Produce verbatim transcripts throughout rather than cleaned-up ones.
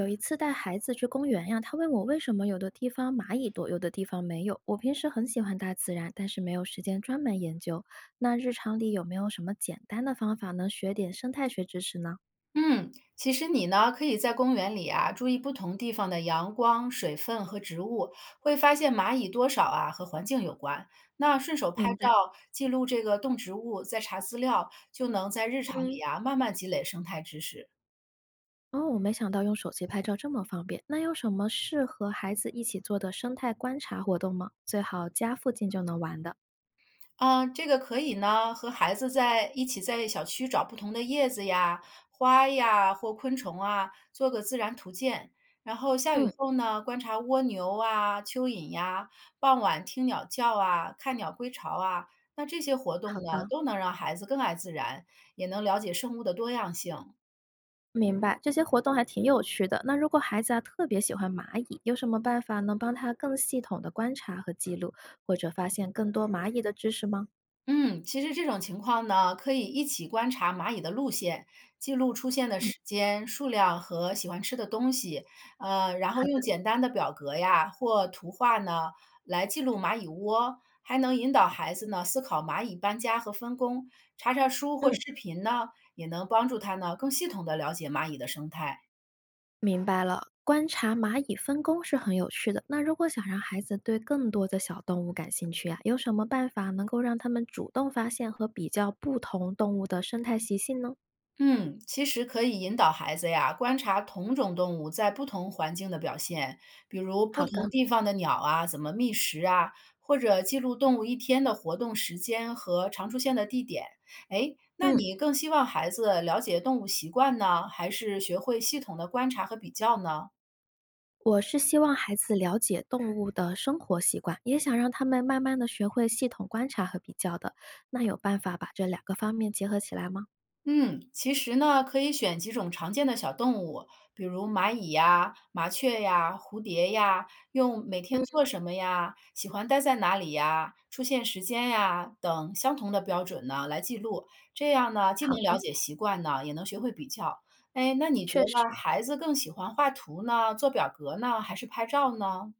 有一次带孩子去公园呀，他问我为什么有的地方蚂蚁多，有的地方没有。我平时很喜欢大自然，但是没有时间专门研究。那日常里有没有什么简单的方法能学点生态学知识呢？嗯，其实你呢，可以在公园里啊，注意不同地方的阳光、水分和植物，会发现蚂蚁多少啊和环境有关。那顺手拍明白。照记录这个动植物，再查资料，就能在日常里嗯，啊慢慢积累生态知识。哦，我没想到用手机拍照这么方便。那有什么适合孩子一起做的生态观察活动吗？最好家附近就能玩的。啊，这个可以呢，和孩子在一起在小区找不同的叶子呀、花呀或昆虫啊，做个自然图鉴。然后下雨嗯，后呢，观察蜗牛啊、蚯蚓呀；傍晚听鸟叫啊，看鸟归巢啊。那这些活动好呢，的。都能让孩子更爱自然，也能了解生物的多样性。明白，这些活动还挺有趣的。那如果孩子啊特别喜欢蚂蚁，有什么办法能帮他更系统的观察和记录，或者发现更多蚂蚁的知识吗？嗯，其实这种情况呢，可以一起观察蚂蚁的路线，记录出现的嗯，时间、数量和喜欢吃的东西，呃，然后好用的，简单的表格呀或图画呢来记录蚂蚁窝，还能引导孩子呢思考蚂蚁搬家和分工。查查书或嗯，视频呢，也能帮助他呢更系统的了解蚂蚁的生态。明白了。观察蚂蚁分工是很有趣的。那如果想让孩子对更多的小动物感兴趣啊，有什么办法能够让他们主动发现和比较不同动物的生态习性呢？嗯，其实可以引导孩子呀，观察同种动物在不同环境的表现，比如不好的，同地方的鸟啊，怎么觅食啊，或者记录动物一天的活动时间和常出现的地点。哎，那嗯。你更希望孩子了解动物习惯呢，还是学会系统的观察和比较呢？我是希望孩子了解动物的生活习惯，也想让他们慢慢的学会系统观察和比较的。那有办法把这两个方面结合起来吗？嗯，其实呢，可以选几种常见的小动物，比如蚂蚁呀、麻雀呀、蝴蝶呀，用每天嗯，做什么呀、喜欢待在哪里呀、出现时间呀等相同的标准呢来记录，这样呢，既好能了的，解习惯呢，也能学会比较。哎，那你觉确得实，孩子更喜欢画图呢，做表格呢，还是拍照呢？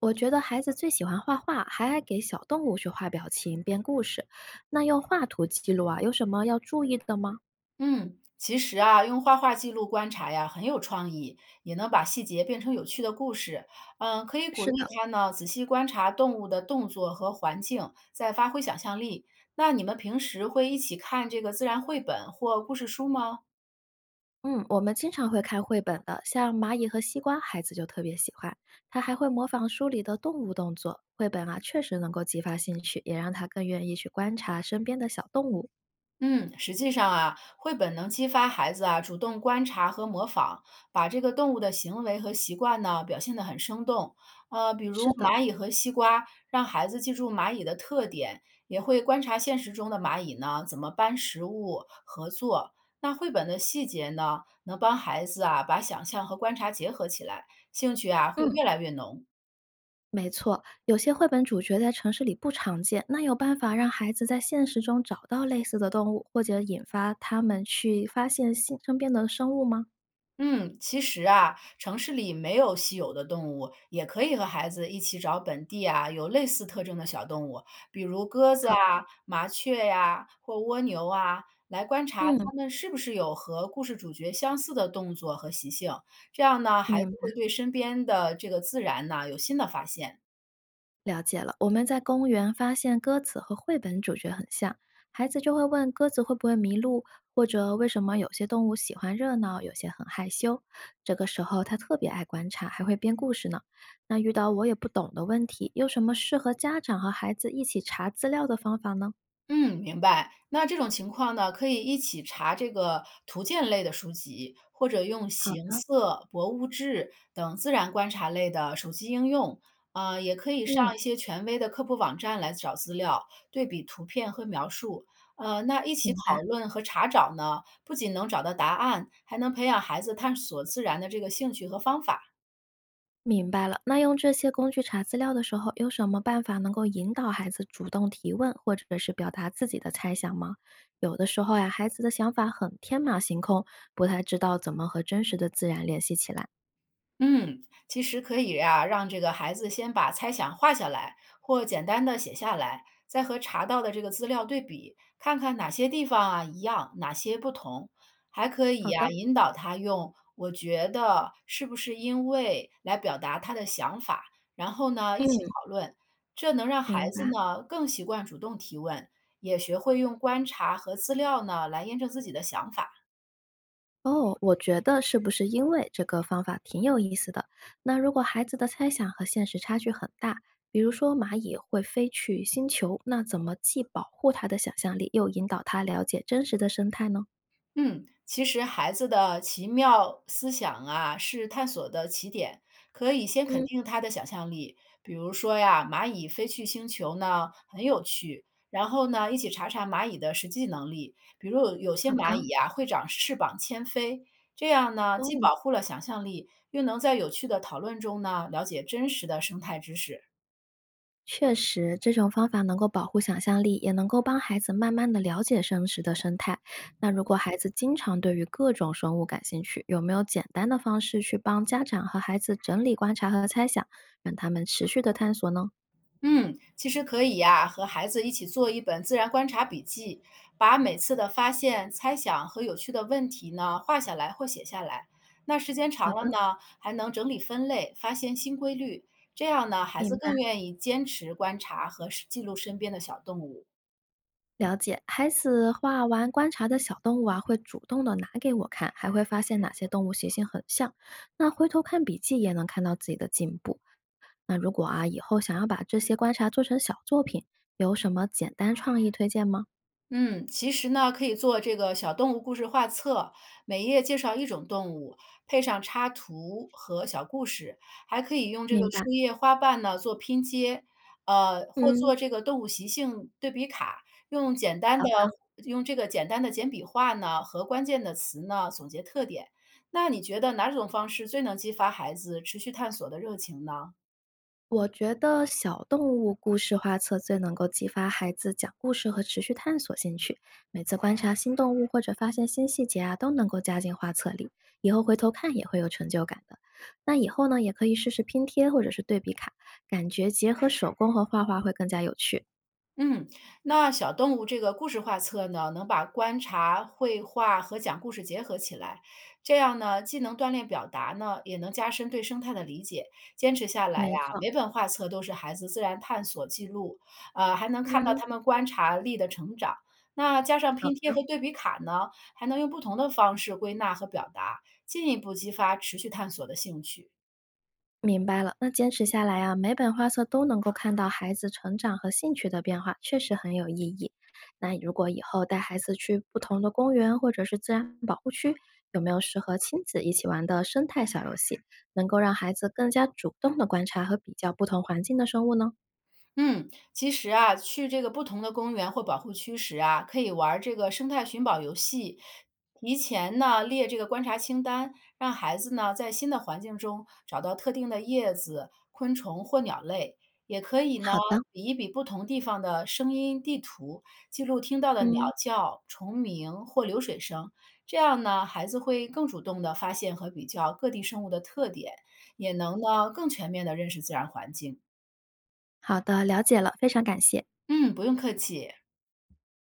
我觉得孩子最喜欢画画，还爱给小动物去画表情、编故事。那用画图记录啊，有什么要注意的吗？嗯，其实啊，用画画记录观察呀，很有创意，也能把细节变成有趣的故事。嗯，可以鼓是励的。他呢，仔细观察动物的动作和环境，再发挥想象力。那你们平时会一起看这个自然绘本或故事书吗？嗯，我们经常会看绘本的，像蚂蚁和西瓜，孩子就特别喜欢。他还会模仿书里的动物动作。绘本啊，确实能够激发兴趣，也让他更愿意去观察身边的小动物。嗯，实际上啊，绘本能激发孩子啊主动观察和模仿，把这个动物的行为和习惯呢表现得很生动。呃，比如是的，蚂蚁和西瓜，让孩子记住蚂蚁的特点，也会观察现实中的蚂蚁呢怎么搬食物、合作。那绘本的细节呢，能帮孩子啊把想象和观察结合起来，兴趣啊会嗯，越来越浓。没错。有些绘本主角在城市里不常见，那有办法让孩子在现实中找到类似的动物，或者引发他们去发现新身边的生物吗？嗯，其实啊，城市里没有稀有的动物，也可以和孩子一起找本地啊有类似特征的小动物，比如鸽子好啊、的，麻雀呀、或蜗牛啊，来观察嗯，它们是不是有和故事主角相似的动作和习性。这样呢，孩子明白。会对身边的这个自然呢有新的发现。了解了，我们在公园发现鸽子和绘本主角很像，孩子就会问鸽子会不会迷路，或者为什么有些动物喜欢热闹，有些很害羞。这个时候他特别爱观察，还会编故事呢。那遇到我也不懂的问题，有什么适合家长和孩子一起查资料的方法呢？嗯，明白。那这种情况呢，可以一起查这个图鉴类的书籍，或者用好形的，色、博物志等自然观察类的手机应用。呃，也可以上一嗯，些权威的科普网站来找资料，对比图片和描述。呃，那一起明白。讨论和查找呢，不仅能找到答案，还能培养孩子探索自然的这个兴趣和方法。明白了，那用这些工具查资料的时候，有什么办法能够引导孩子主动提问，或者是表达自己的猜想吗？有的时候呀，孩子的想法很天马行空，不太知道怎么和真实的自然联系起来。嗯，其实可以呀、让这个孩子先把猜想画下来，或简单的写下来，再和查到的这个资料对比，看看哪些地方啊一样，哪些不同。还可以好的，呀、引导他用“我觉得是不是因为”来表达他的想法，然后呢一起嗯，讨论，这能让孩明子白。呢更习惯主动提问，也学会用观察和资料呢来验证自己的想法。哦，我觉得是不是因为这个方法挺有意思的？那如果孩子的猜想和现实差距很大，比如说蚂蚁会飞去星球，那怎么既保护他的想象力，又引导他了解真实的生态呢？嗯，其实孩子的奇妙思想啊，是探索的起点，可以先肯嗯，定他的想象力。比如说呀，蚂蚁飞去星球呢，很有趣。然后呢，一起查查蚂蚁的实际能力，比如有有些好蚂的。蚁呀、会长翅膀迁飞，这样呢，既哦，保护了想象力，又能在有趣的讨论中呢，了解真实的生态知识。确实，这种方法能够保护想象力，也能够帮孩子慢慢的了解生食的生态。那如果孩子经常对于各种生物感兴趣，有没有简单的方式去帮家长和孩子整理观察和猜想，让他们持续的探索呢？嗯，其实可以呀、和孩子一起做一本自然观察笔记，把每次的发现、猜想和有趣的问题呢画下来或写下来。那时间好长了的，呢，还能整理分类，发现新规律。这样呢，孩子明白。更愿意坚持观察和是记录身边的小动物。了解，孩子画完观察的小动物啊，会主动的拿给我看，还会发现哪些动物习性很像。那回头看笔记也能看到自己的进步。那如果啊，以后想要把这些观察做成小作品，有什么简单创意推荐吗？嗯，其实呢，可以做这个小动物故事画册，每页介绍一种动物，配上插图和小故事，还可以用这个明白，树叶、花瓣呢做拼接，呃，或嗯，做这个动物习性对比卡，用简单好的的。用这个简单的简笔画呢和关键的词呢总结特点。那你觉得哪种方式最能激发孩子持续探索的热情呢？我觉得小动物故事画册最能够激发孩子讲故事和持续探索兴趣。每次观察新动物或者发现新细节啊，都能够加进画册里，以后回头看也会有成就感的。那以后呢，也可以试试拼贴或者是对比卡，感觉结合手工和画画会更加有趣。嗯，那小动物这个故事画册呢，能把观察、绘画和讲故事结合起来，这样呢，既能锻炼表达呢，也能加深对生态的理解。坚持下来没呀、错，每本画册都是孩子自然探索记录，呃，还能看到嗯，他们观察力的成长。那加上好拼贴的。和对比卡呢，还能用不同的方式归纳和表达，进一步激发持续探索的兴趣。明白了，那坚持下来啊，每本画册都能够看到孩子成长和兴趣的变化，确实很有意义。那如果以后带孩子去不同的公园或者是自然保护区，有没有适合亲子一起玩的生态小游戏，能够让孩子更加主动的观察和比较不同环境的生物呢？嗯，其实啊，去这个不同的公园或保护区时啊，可以玩儿这个生态寻宝游戏，提前呢列这个观察清单，让孩子呢在新的环境中找到特定的叶子、昆虫或鸟类。也可以呢好的，比一比不同地方的声音地图，记录听到的鸟嗯，叫、虫鸣或流水声，这样呢孩子会更主动地发现和比较各地生物的特点，也能呢更全面地认识自然环境。好的，了解了，非常感谢。嗯，不用客气。